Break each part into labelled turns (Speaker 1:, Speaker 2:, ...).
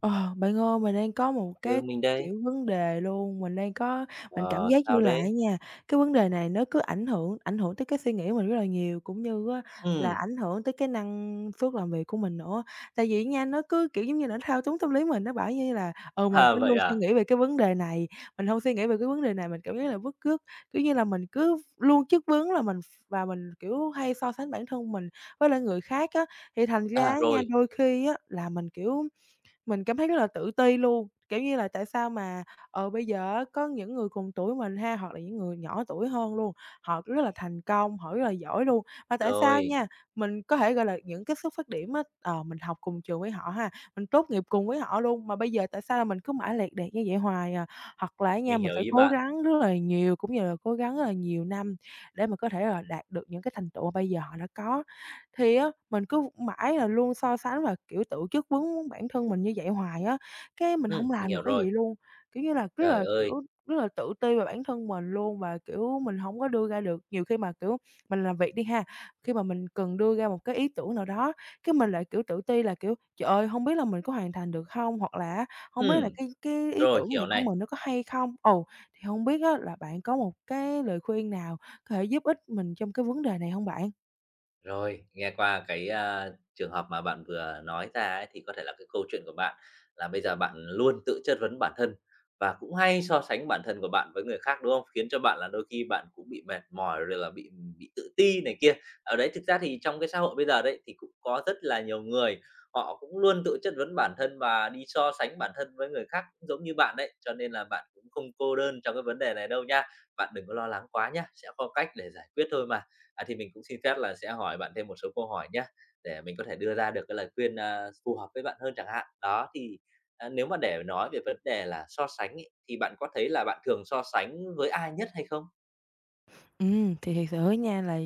Speaker 1: Ờ, bạn ơi, mình đang có một
Speaker 2: Ừ,
Speaker 1: cái,
Speaker 2: mình đây.
Speaker 1: kiểu, vấn đề luôn, mình đang có mình cảm
Speaker 2: Ờ,
Speaker 1: giác như
Speaker 2: sao
Speaker 1: là á
Speaker 2: đấy?
Speaker 1: nha, cái vấn đề này nó cứ ảnh hưởng tới cái suy nghĩ của mình rất là nhiều, cũng như á là
Speaker 2: Ừm,
Speaker 1: ảnh hưởng tới cái năng suất làm việc của mình nữa. Tại vì nha, nó cứ, kiểu, giống như là, nó thao túng tâm lý mình, nó bảo như là, ừ, mình
Speaker 2: à,
Speaker 1: phải
Speaker 2: vậy
Speaker 1: luôn suy
Speaker 2: à?
Speaker 1: nghĩ về cái vấn đề này, mình không suy nghĩ về cái vấn đề này, mình cảm giác là bứt rứt. Kiểu như là, mình cứ luôn chất vấn là mình và mình, kiểu, hay so sánh bản thân mình với lại người khác á, thì thành ra
Speaker 2: À,
Speaker 1: á nha,
Speaker 2: rồi,
Speaker 1: đôi khi á là mình, kiểu mình cảm thấy rất là tự ti luôn, kiểu như là, tại sao mà, ờ, bây giờ á có những người cùng tuổi mình ha, hoặc là những người nhỏ tuổi hơn luôn, họ rất là thành công, họ rất là giỏi luôn, mà tại sao
Speaker 2: rồi,
Speaker 1: nha, mình có thể, gọi là, những cái xuất phát điểm á, ờ, mình học cùng trường với họ ha, mình tốt nghiệp cùng với họ luôn, mà bây giờ tại sao là mình cứ mãi lẹt đẹt như vậy hoài à. Hoặc là á nha,
Speaker 2: mình
Speaker 1: mình
Speaker 2: hiểu
Speaker 1: phải
Speaker 2: ý
Speaker 1: cố
Speaker 2: bạn.
Speaker 1: gắng rất là nhiều, cũng như là cố gắng rất là nhiều năm để mà có thể là đạt được những cái thành tựu mà bây giờ họ đã có. Thì á, mình cứ mãi là luôn so sánh và, kiểu, tự chất vấn bản thân mình như vậy hoài á, cái mình hông
Speaker 2: Mình
Speaker 1: làm được
Speaker 2: hiểu
Speaker 1: cái
Speaker 2: rồi.
Speaker 1: gì luôn. Kiểu như là, rất
Speaker 2: Trời
Speaker 1: là,
Speaker 2: ơi!
Speaker 1: kiểu, rất là tự ti về bản thân mình luôn và, kiểu, mình hổng có đưa ra được nhiều khi mà, kiểu, mình làm việc đi ha, khi mà mình cần đưa ra một cái ý tưởng nào đó, cái mình lại, kiểu, tự ti là, kiểu, "Trời ơi, hông biết là mình có hoàn thành được hông?" Hoặc là á, "Hông biết là
Speaker 2: Ừm,
Speaker 1: cái ý
Speaker 2: rồi,
Speaker 1: tưởng này
Speaker 2: hiểu
Speaker 1: của
Speaker 2: này.
Speaker 1: mình nó có hay không?" Ừ, thì hông biết á là bạn có một cái lời khuyên nào có thể giúp ích mình trong cái vấn đề này hông bạn?
Speaker 2: Rồi, nghe qua cái, trường hợp mà bạn vừa nói ra ấy, thì có thể là cái câu chuyện của bạn là bây giờ bạn luôn tự chất vấn bản thân và cũng hay so sánh bản thân của bạn với người khác, đúng không? Khiến cho bạn là đôi khi bạn cũng bị mệt mỏi rồi là bị tự ti này kia. Ở đấy thực ra thì trong cái xã hội bây giờ đấy, thì cũng có rất là nhiều người họ cũng luôn tự chất vấn bản thân và đi so sánh bản thân với người khác cũng giống như bạn đấy, cho nên là bạn cũng không cô đơn trong cái vấn đề này đâu nha. Bạn đừng có lo lắng quá nhá, sẽ có cách để giải quyết thôi mà. À, thì mình cũng xin phép là sẽ hỏi bạn thêm một số câu hỏi nhé để mình có thể đưa ra được cái lời khuyên, phù hợp với bạn hơn chẳng hạn. Đó, thì, à, nếu mà để nói về vấn đề là so sánh ấy, thì bạn có thấy là bạn thường so sánh với ai nhất hay không?
Speaker 1: Ừ, thì thiệt sự nha là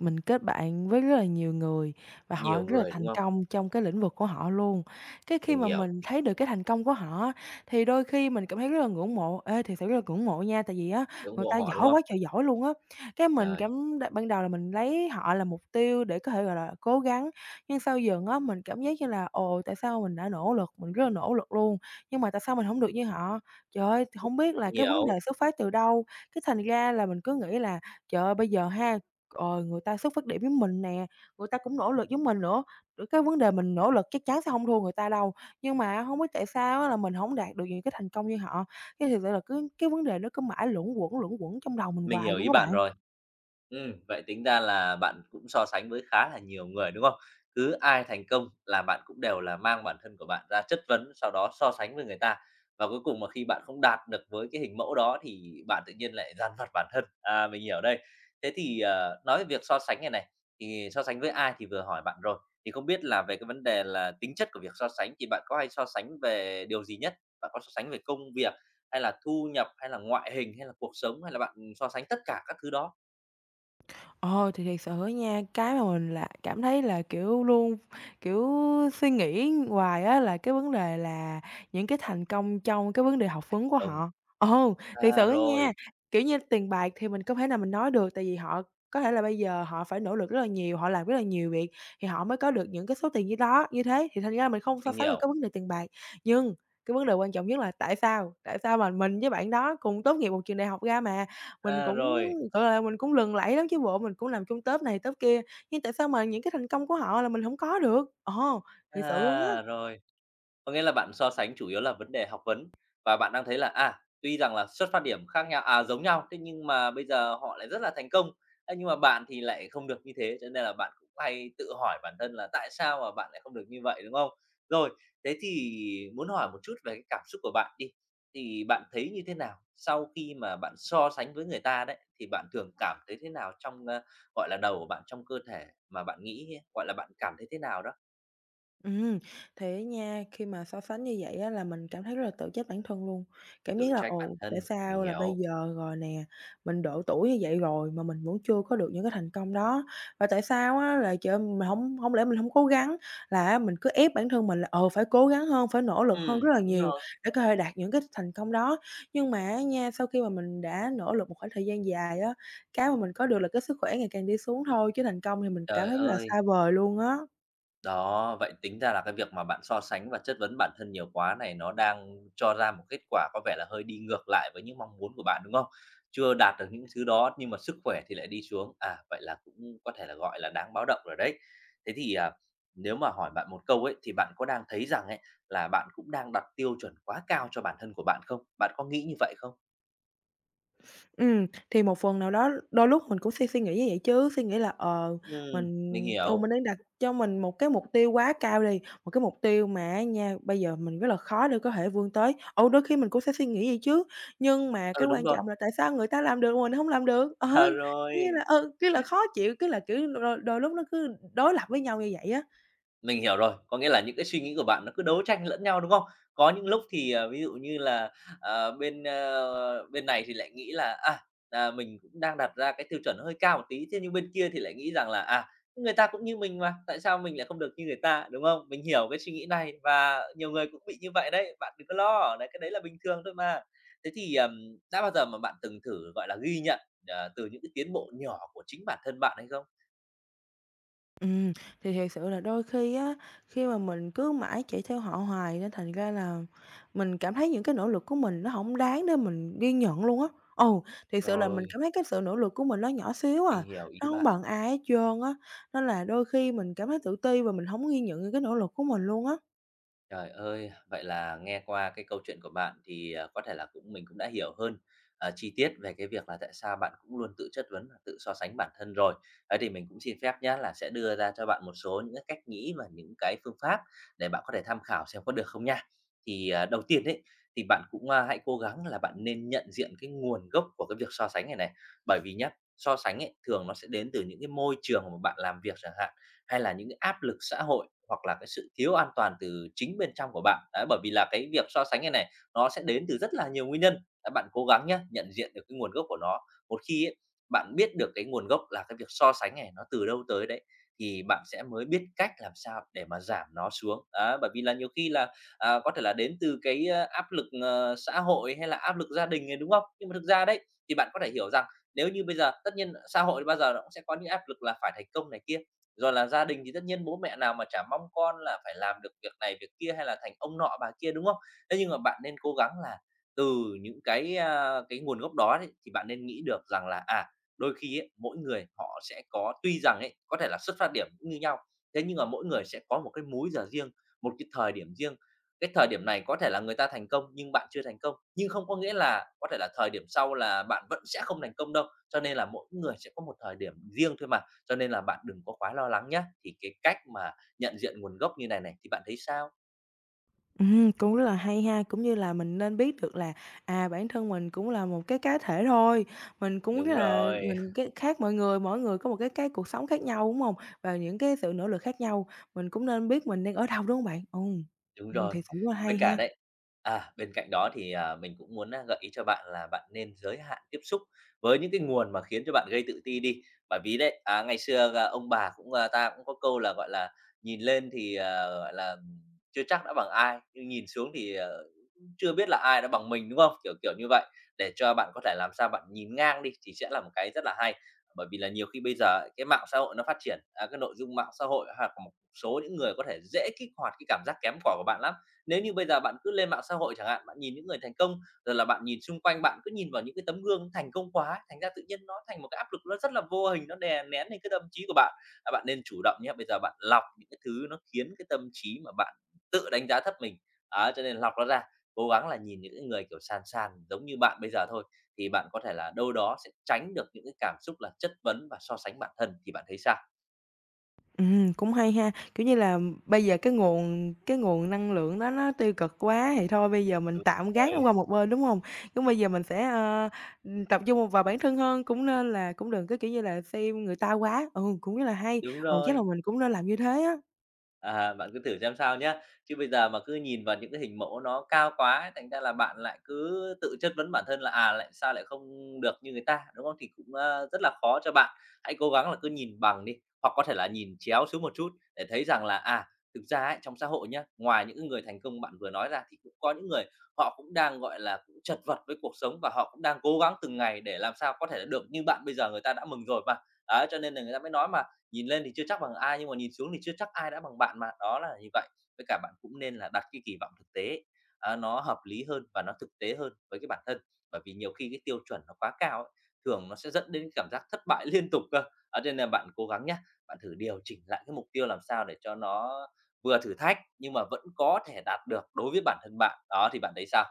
Speaker 1: mình kết bạn với rất là nhiều người và họ
Speaker 2: Nhiều
Speaker 1: rất là
Speaker 2: người, đúng
Speaker 1: thành
Speaker 2: không?
Speaker 1: công trong cái lĩnh vực của họ luôn. Cái khi
Speaker 2: Mình
Speaker 1: mà
Speaker 2: hiểu,
Speaker 1: mình thấy được cái thành công của họ á, thì đôi khi mình cảm thấy rất là ngưỡng mộ, ê, thiệt sự rất là ngưỡng mộ nha, tại vì á,
Speaker 2: ngưỡng
Speaker 1: người
Speaker 2: mộ
Speaker 1: ta
Speaker 2: họ, đúng
Speaker 1: giỏi
Speaker 2: không?
Speaker 1: quá trời giỏi luôn á. Cái mình
Speaker 2: Rồi,
Speaker 1: cảm đ ban đầu là mình lấy họ là mục tiêu để có thể, gọi là, cố gắng, nhưng sau dần á, mình cảm giác như là "Ồ, tại sao mình đã nỗ lực, mình rất là nỗ lực luôn, nhưng mà tại sao mình không được như họ?" Trời ơi, không biết là
Speaker 2: mình
Speaker 1: cái vấn đề
Speaker 2: hiểu.
Speaker 1: xuất phát từ đâu, cái thành ra là mình cứ nghĩ là Trời ơi, bây giờ ha, ờ, người ta xuất phát điểm với mình nè, người ta cũng nỗ lực giống mình nữa, rồi cái vấn đề mình nỗ lực chắc chắn sẽ hông thua người ta đâu, nhưng mà hông biết tại sao á là mình hổng đạt được những cái thành công như họ. Cái thiệt sự là cứ cái vấn đề nó cứ mãi luẩn quẩn trong đầu mình
Speaker 2: Mình
Speaker 1: hoài
Speaker 2: hiểu
Speaker 1: luôn
Speaker 2: ý
Speaker 1: á
Speaker 2: bạn
Speaker 1: bạn.
Speaker 2: rồi. Vậy tính ra là bạn cũng so sánh với khá là nhiều người, đúng không? Cứ ai thành công là bạn cũng đều là mang bản thân của bạn ra chất vấn, sau đó so sánh với người ta. Và cuối cùng mà khi bạn không đạt được với cái hình mẫu đó thì bạn tự nhiên lại dằn vặt bản thân. À, mình hiểu đây. Thế thì, ờ, nói về việc so sánh này này, thì so sánh với ai thì vừa hỏi bạn rồi. Thì không biết là về cái vấn đề là tính chất của việc so sánh thì bạn có hay so sánh về điều gì nhất? Bạn có so sánh về công việc hay là thu nhập, hay là ngoại hình, hay là cuộc sống, hay là bạn so sánh tất cả các thứ đó
Speaker 1: Ờ, thì thiệt sự á nha, cái mà mình là cảm thấy là, kiểu, luôn, kiểu, suy nghĩ hoài á là cái vấn đề là những cái thành công trong cái vấn đề học
Speaker 2: thành
Speaker 1: vấn của
Speaker 2: công.
Speaker 1: họ. Ừ, thiệt
Speaker 2: À,
Speaker 1: sự á
Speaker 2: rồi,
Speaker 1: nha, kiểu như, tiền bạc thì mình không thể nào mình nói được, tại vì họ có thể là bây giờ họ phải nỗ lực rất là nhiều, họ làm rất là nhiều việc thì họ mới có được những cái số tiền như đó như thế, thì thành ra mình không so
Speaker 2: mình
Speaker 1: sánh được
Speaker 2: hiểu.
Speaker 1: cái vấn đề tiền bạc. Nhưng cái vấn đề quan trọng nhất là tại sao? Tại sao mà mình với bạn đó cùng tốt nghiệp một trường đại học ra mà? Mình
Speaker 2: À,
Speaker 1: cũng
Speaker 2: rồi,
Speaker 1: gọi là, mình cũng lừng lẫy lắm chứ bộ, mình cũng làm chung tốp này tốp kia, nhưng tại sao mà những cái thành công của họ là mình hổng có được? Ờ, thiệt sự luôn á.
Speaker 2: à, rồi. Có nghĩa là bạn so sánh chủ yếu là vấn đề học vấn và bạn đang thấy là, à, tuy rằng là xuất phát điểm khác nhau à, giống nhau, thế nhưng mà bây giờ họ lại rất là thành công. Thế nhưng mà bạn thì lại không được như thế, cho nên là bạn cũng hay tự hỏi bản thân là tại sao mà bạn lại không được như vậy, đúng không? Rồi, thế thì muốn hỏi một chút về cái cảm xúc của bạn đi, thì bạn thấy như thế nào sau khi mà bạn so sánh với người ta đấy, thì bạn thường cảm thấy thế nào trong, gọi là, đầu của bạn, trong cơ thể mà bạn nghĩ, ấy, gọi là, bạn cảm thấy thế nào đó?
Speaker 1: Ừ, thế nha, khi mà so sánh như vậy á là mình cảm thấy rất là tự trách bản thân luôn. Cảm giác
Speaker 2: Tự
Speaker 1: là
Speaker 2: trách bản
Speaker 1: "Ồ, tại
Speaker 2: thân, mình
Speaker 1: sao là bây
Speaker 2: hiểu.
Speaker 1: giờ rồi nè, mình độ tuổi như vậy rồi mà mình vẫn chưa có được những cái thành công đó. Và tại sao á là, trời ơi, mình không hổng lẽ mình không cố gắng?" Là mình cứ ép bản thân mình là, ờ, phải cố gắng hơn, phải nỗ lực
Speaker 2: Ừ
Speaker 1: hơn rất là
Speaker 2: đúng
Speaker 1: nhiều
Speaker 2: rồi.
Speaker 1: để có thể đạt những cái thành công đó. Nhưng mà á nha, sau khi mà mình đã nỗ lực một khoảng thời gian dài á, cái mà mình có được là cái sức khỏe ngày càng đi xuống thôi, chứ thành công thì mình cảm
Speaker 2: Trời
Speaker 1: thấy rất là xa
Speaker 2: ơi!
Speaker 1: vời luôn á.
Speaker 2: Đó, vậy tính ra là cái việc mà bạn so sánh và chất vấn bản thân nhiều quá này nó đang cho ra một kết quả có vẻ là hơi đi ngược lại với những mong muốn của bạn, đúng không? Chưa đạt được những thứ đó nhưng mà sức khỏe thì lại đi xuống, à, vậy là cũng có thể là gọi là đáng báo động rồi đấy. Thế thì, à, nếu mà hỏi bạn một câu ấy, thì bạn có đang thấy rằng ấy là bạn cũng đang đặt tiêu chuẩn quá cao cho bản thân của bạn không? Bạn có nghĩ như vậy không?
Speaker 1: Thì một phần nào đó đôi lúc mình cũng suy suy nghĩ như vậy chứ, suy nghĩ là, ờ, mình
Speaker 2: Ừ mình
Speaker 1: ừ,
Speaker 2: hiểu.
Speaker 1: mình đang đặt cho mình một cái mục tiêu quá cao đi, một cái mục tiêu mà á nha, bây giờ mình rất là khó để có thể vươn tới. Ừ, đôi khi mình cũng sẽ suy nghĩ vậy chứ, nhưng mà cái
Speaker 2: Ừ, đúng
Speaker 1: quan
Speaker 2: rồi.
Speaker 1: trọng là tại sao người ta làm được mà mình hông làm được?
Speaker 2: À,
Speaker 1: Ừ, kiểu như là,
Speaker 2: rồi.
Speaker 1: ừ, cứ là khó chịu, cứ là, kiểu, đôi đôi lúc nó cứ đối lập với nhau như vậy á.
Speaker 2: Mình hiểu rồi, có nghĩa là những cái suy nghĩ của bạn nó cứ đấu tranh lẫn nhau, đúng không? Có những lúc thì, à, ví dụ như là, ờ, bên này thì lại nghĩ là, à, à, mình cũng đang đặt ra cái tiêu chuẩn hơi cao một tí, thế nhưng bên kia thì lại nghĩ rằng là, à, người ta cũng như mình mà, tại sao mình lại không được như người ta, đúng không? Mình hiểu cái suy nghĩ này và nhiều người cũng bị như vậy đấy, bạn đừng có lo, đấy, cái đấy là bình thường thôi mà. Thế thì, đã bao giờ mà bạn từng thử, gọi là, ghi nhận, từ những cái tiến bộ nhỏ của chính bản thân bạn hay không?
Speaker 1: Ừ, thì thiệt sự là đôi khi á, khi mà mình cứ mãi chạy theo họ hoài nên thành ra là mình cảm thấy những cái nỗ lực của mình nó không đáng để mình ghi nhận luôn á. Ồ, thiệt sự là mình
Speaker 2: Rồi,
Speaker 1: cảm thấy cái sự nỗ lực của mình nó nhỏ xíu à,
Speaker 2: mình hiểu ý
Speaker 1: nó không
Speaker 2: bạn.
Speaker 1: bằng ai hết trơn á, nên là đôi khi mình cảm thấy tự ti và mình không ghi nhận những cái nỗ lực của mình luôn á.
Speaker 2: Trời ơi! Vậy là nghe qua cái câu chuyện của bạn thì, à, có thể là cũng mình cũng đã hiểu hơn, chi tiết về cái việc là tại sao bạn cũng luôn tự chất vấn và tự so sánh bản thân rồi. Thế thì mình cũng xin phép nhé là sẽ đưa ra cho bạn một số những cái cách nghĩ và những cái phương pháp để bạn có thể tham khảo xem có được không nha. Thì, à, đầu tiên đấy thì bạn cũng, hãy cố gắng là bạn nên nhận diện cái nguồn gốc của cái việc so sánh này này. Bởi vì nhá, so sánh ấy, thường nó sẽ đến từ những cái môi trường mà bạn làm việc chẳng hạn, hay là những cái áp lực xã hội hoặc là cái sự thiếu an toàn từ chính bên trong của bạn. Đấy, bởi vì là cái việc so sánh này này, nó sẽ đến từ rất là nhiều nguyên nhân. Đấy, bạn cố gắng nhé nhận diện được cái nguồn gốc của nó. Một khi ấy, bạn biết được cái nguồn gốc là cái việc so sánh này nó từ đâu tới đấy, thì bạn sẽ mới biết cách làm sao để mà giảm nó xuống. Đấy, bởi vì là nhiều khi là, à, có thể là đến từ cái, áp lực, xã hội hay là áp lực gia đình này, đúng không? Nhưng mà thực ra đấy, thì bạn có thể hiểu rằng nếu như bây giờ tất nhiên xã hội bao giờ nó cũng sẽ có những áp lực là phải thành công này kia, rồi là gia đình thì tất nhiên bố mẹ nào mà chả mong con là phải làm được việc này, việc kia hay là thành ông nọ bà kia, đúng không? Thế nhưng mà bạn nên cố gắng là từ những cái, cái nguồn gốc đó đấy, thì bạn nên nghĩ được rằng là, à, đôi khi ấy, mỗi người họ sẽ có tuy rằng ấy, có thể là xuất phát điểm cũng như nhau, thế nhưng mà mỗi người sẽ có một cái múi giờ riêng, một cái thời điểm riêng. Cái thời điểm này có thể là người ta thành công nhưng bạn chưa thành công, nhưng không có nghĩa là có thể là thời điểm sau là bạn vẫn sẽ không thành công đâu. Cho nên là mỗi người sẽ có một thời điểm riêng thôi mà. Cho nên là bạn đừng có quá lo lắng nhé. Thì cái cách mà nhận diện nguồn gốc như này này thì bạn thấy sao?
Speaker 1: Cũng rất là hay ha, cũng như là mình nên biết được là, à, bản thân mình cũng là một cái cá thể thôi, mình cũng cái
Speaker 2: Đúng
Speaker 1: là
Speaker 2: rồi,
Speaker 1: mình cái khác mọi người, mỗi người có một cái cuộc sống khác nhau, đúng không? Và những cái sự nỗ lực khác nhau, mình cũng nên biết mình đang ở đâu, đúng không bạn? Ừm,
Speaker 2: đúng
Speaker 1: ừm,
Speaker 2: rồi.
Speaker 1: thiệt sự rất là
Speaker 2: Với
Speaker 1: hay
Speaker 2: cả
Speaker 1: ha.
Speaker 2: đấy à, bên cạnh đó thì, à, mình cũng muốn á gợi ý cho bạn là bạn nên giới hạn tiếp xúc với những cái nguồn mà khiến cho bạn gây tự ti đi. Bởi vì đấy, à, ngày xưa là ông bà cũng, à, ta cũng có câu là, gọi là, nhìn lên thì, gọi là, chưa chắc đã bằng ai, nhưng nhìn xuống thì, cũng chưa biết là ai đã bằng mình, đúng không? Kiểu, kiểu như vậy, để cho bạn có thể làm sao bạn nhìn ngang đi thì sẽ là một cái rất là hay. Bởi vì là nhiều khi bây giờ cái mạng xã hội nó phát triển, à, cái nội dung mạng xã hội hoặc một số những người có thể dễ kích hoạt cái cảm giác kém cỏi của bạn lắm. Nếu như bây giờ bạn cứ lên mạng xã hội chẳng hạn, bạn nhìn những người thành công, rồi là bạn nhìn xung quanh, bạn cứ nhìn vào những cái tấm gương thành công quá ấy, thành ra tự nhiên nó thành một cái áp lực nó rất là vô hình, nó đè nén lên cái tâm trí của bạn. Bạn nên chủ động nhé, bây giờ bạn lọc những cái thứ nó khiến cái tâm trí mà bạn tự đánh giá thấp mình, á, cho nên lọc nó ra, cố gắng là nhìn những cái người, kiểu, sàn sàn giống như bạn bây giờ thôi, thì bạn có thể là đâu đó sẽ tránh được những cái cảm xúc là chất vấn và so sánh bản thân, thì bạn thấy sao?
Speaker 1: Cũng hay ha. Kiểu như là, bây giờ cái nguồn năng lượng đó nó tiêu cực quá thì thôi bây giờ mình
Speaker 2: Đúng
Speaker 1: tạm
Speaker 2: rồi.
Speaker 1: gác nó qua một bên, đúng không? Cũng bây giờ mình sẽ, ờ, tập trung vào bản thân hơn, cũng nên là cũng đừng có, kiểu như là, xem người ta quá. Ừ, cũng rất là hay.
Speaker 2: Đúng
Speaker 1: Ừ, chắc là
Speaker 2: rồi.
Speaker 1: mình cũng nên làm như thế á.
Speaker 2: Bạn cứ thử xem sao nhé. Chứ bây giờ mà cứ nhìn vào những cái hình mẫu nó cao quá ấy, thành ra là bạn lại cứ tự chất vấn bản thân là, lại sao lại không được như người ta, đúng không? Thì cũng, rất là khó cho bạn. Hãy cố gắng là cứ nhìn bằng đi, hoặc có thể là nhìn chéo xuống một chút để thấy rằng là, thực ra ấy, trong xã hội nhá, ngoài những cái người thành công bạn vừa nói ra thì cũng có những người họ cũng đang, gọi là, cũng chật vật với cuộc sống và họ cũng đang cố gắng từng ngày để làm sao có thể được như bạn bây giờ người ta đã mừng rồi mà. Đấy, cho nên là người ta mới nói mà. Nhìn lên thì chưa chắc bằng ai, nhưng mà nhìn xuống thì chưa chắc ai đã bằng bạn mà, đó là như vậy. Với cả bạn cũng nên là đặt cái kỳ vọng thực tế, nó hợp lý hơn và nó thực tế hơn với cái bản thân, bởi vì nhiều khi cái tiêu chuẩn nó quá cao ấy, thường nó sẽ dẫn đến cái cảm giác thất bại liên tục cơ. Đó, nên là bạn cố gắng nhé, bạn thử điều chỉnh lại cái mục tiêu làm sao để cho nó vừa thử thách nhưng mà vẫn có thể đạt được đối với bản thân bạn. Đó, thì bạn thấy sao?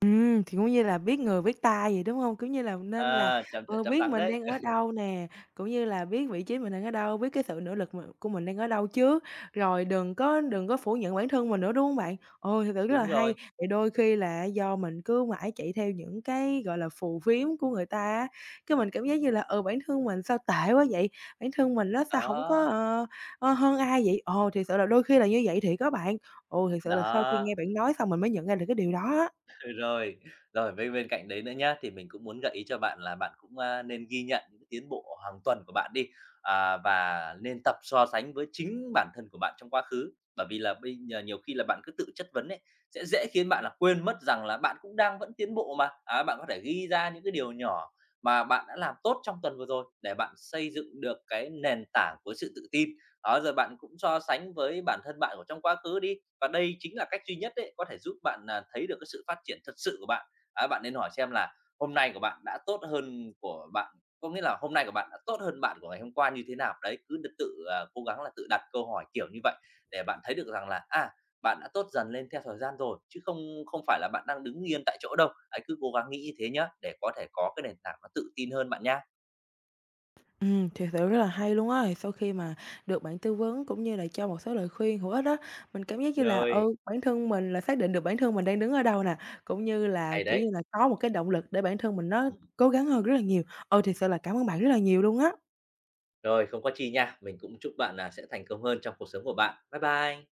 Speaker 1: Thì cũng như là biết người biết ta vậy, đúng hông? Kiểu như là, nên là,
Speaker 2: À, trăm trận
Speaker 1: ờ,
Speaker 2: trăm
Speaker 1: biết
Speaker 2: thắng
Speaker 1: mình
Speaker 2: đấy.
Speaker 1: đang ở đâu nè, cũng như là biết vị trí mình đang ở đâu, biết cái sự nỗ lực mình của mình đang ở đâu trước, rồi đừng có phủ nhận bản thân mình nữa, đúng hông bạn? Ừ, thực sự rất là
Speaker 2: Đúng
Speaker 1: hay,
Speaker 2: rồi,
Speaker 1: thì đôi khi là á do mình cứ mãi chạy theo những cái, gọi là, phù phiếm của người ta á, cái mình cảm giác như là, ừ, bản thân mình sao tệ quá vậy, bản thân mình á sao hổng có,
Speaker 2: đó,
Speaker 1: hơn ai vậy? Ồ, thiệt sự là đôi khi là như vậy thiệt á bạn. Ừ, thiệt sự là sau khi
Speaker 2: đó.
Speaker 1: nghe bạn nói xong mình mới nhận ra được cái điều đó á.
Speaker 2: Rồi, rồi bên bên cạnh đấy nữa nhá, thì mình cũng muốn gợi ý cho bạn là bạn cũng, nên ghi nhận những cái tiến bộ hàng tuần của bạn đi, và nên tập so sánh với chính bản thân của bạn trong quá khứ. Bởi vì là bây giờ nhiều khi là bạn cứ tự chất vấn ấy, sẽ dễ khiến bạn là quên mất rằng là bạn cũng đang vẫn tiến bộ mà. Á, bạn có thể ghi ra những cái điều nhỏ mà bạn đã làm tốt trong tuần vừa rồi để bạn xây dựng được cái nền tảng của sự tự tin. Đó, rồi bạn cũng so sánh với bản thân bạn của trong quá khứ đi, và đây chính là cách duy nhất đấy có thể giúp bạn là thấy được cái sự phát triển thật sự của bạn. Á, bạn nên hỏi xem là hôm nay của bạn đã tốt hơn của bạn, có nghĩa là hôm nay của bạn đã tốt hơn bạn của ngày hôm qua như thế nào. Đấy, cứ tự, cố gắng là tự đặt câu hỏi kiểu như vậy để bạn thấy được rằng là, bạn đã tốt dần lên theo thời gian rồi, chứ không không phải là bạn đang đứng yên tại chỗ đâu. Đấy, cứ cố gắng nghĩ như thế nhá, để có thể có cái nền tảng nó tự tin hơn bạn nhá.
Speaker 1: Thiệt sự rất là hay luôn á. Thì sau khi mà được bạn tư vấn cũng như là cho một số lời khuyên hữu ích á, mình cảm giác như là,
Speaker 2: Rồi,
Speaker 1: ừ, bản thân mình là xác định được bản thân mình đang đứng ở đâu nè, cũng như là,
Speaker 2: hay
Speaker 1: kiểu như
Speaker 2: đấy.
Speaker 1: là, có một cái động lực để bản thân mình nó
Speaker 2: Ừm.
Speaker 1: cố gắng hơn rất là nhiều. Ừ, thiệt sự là cảm ơn bạn rất là nhiều luôn á.
Speaker 2: Rồi, không có chi nha. Mình cũng chúc bạn là sẽ thành công hơn trong cuộc sống của bạn. Bye bye.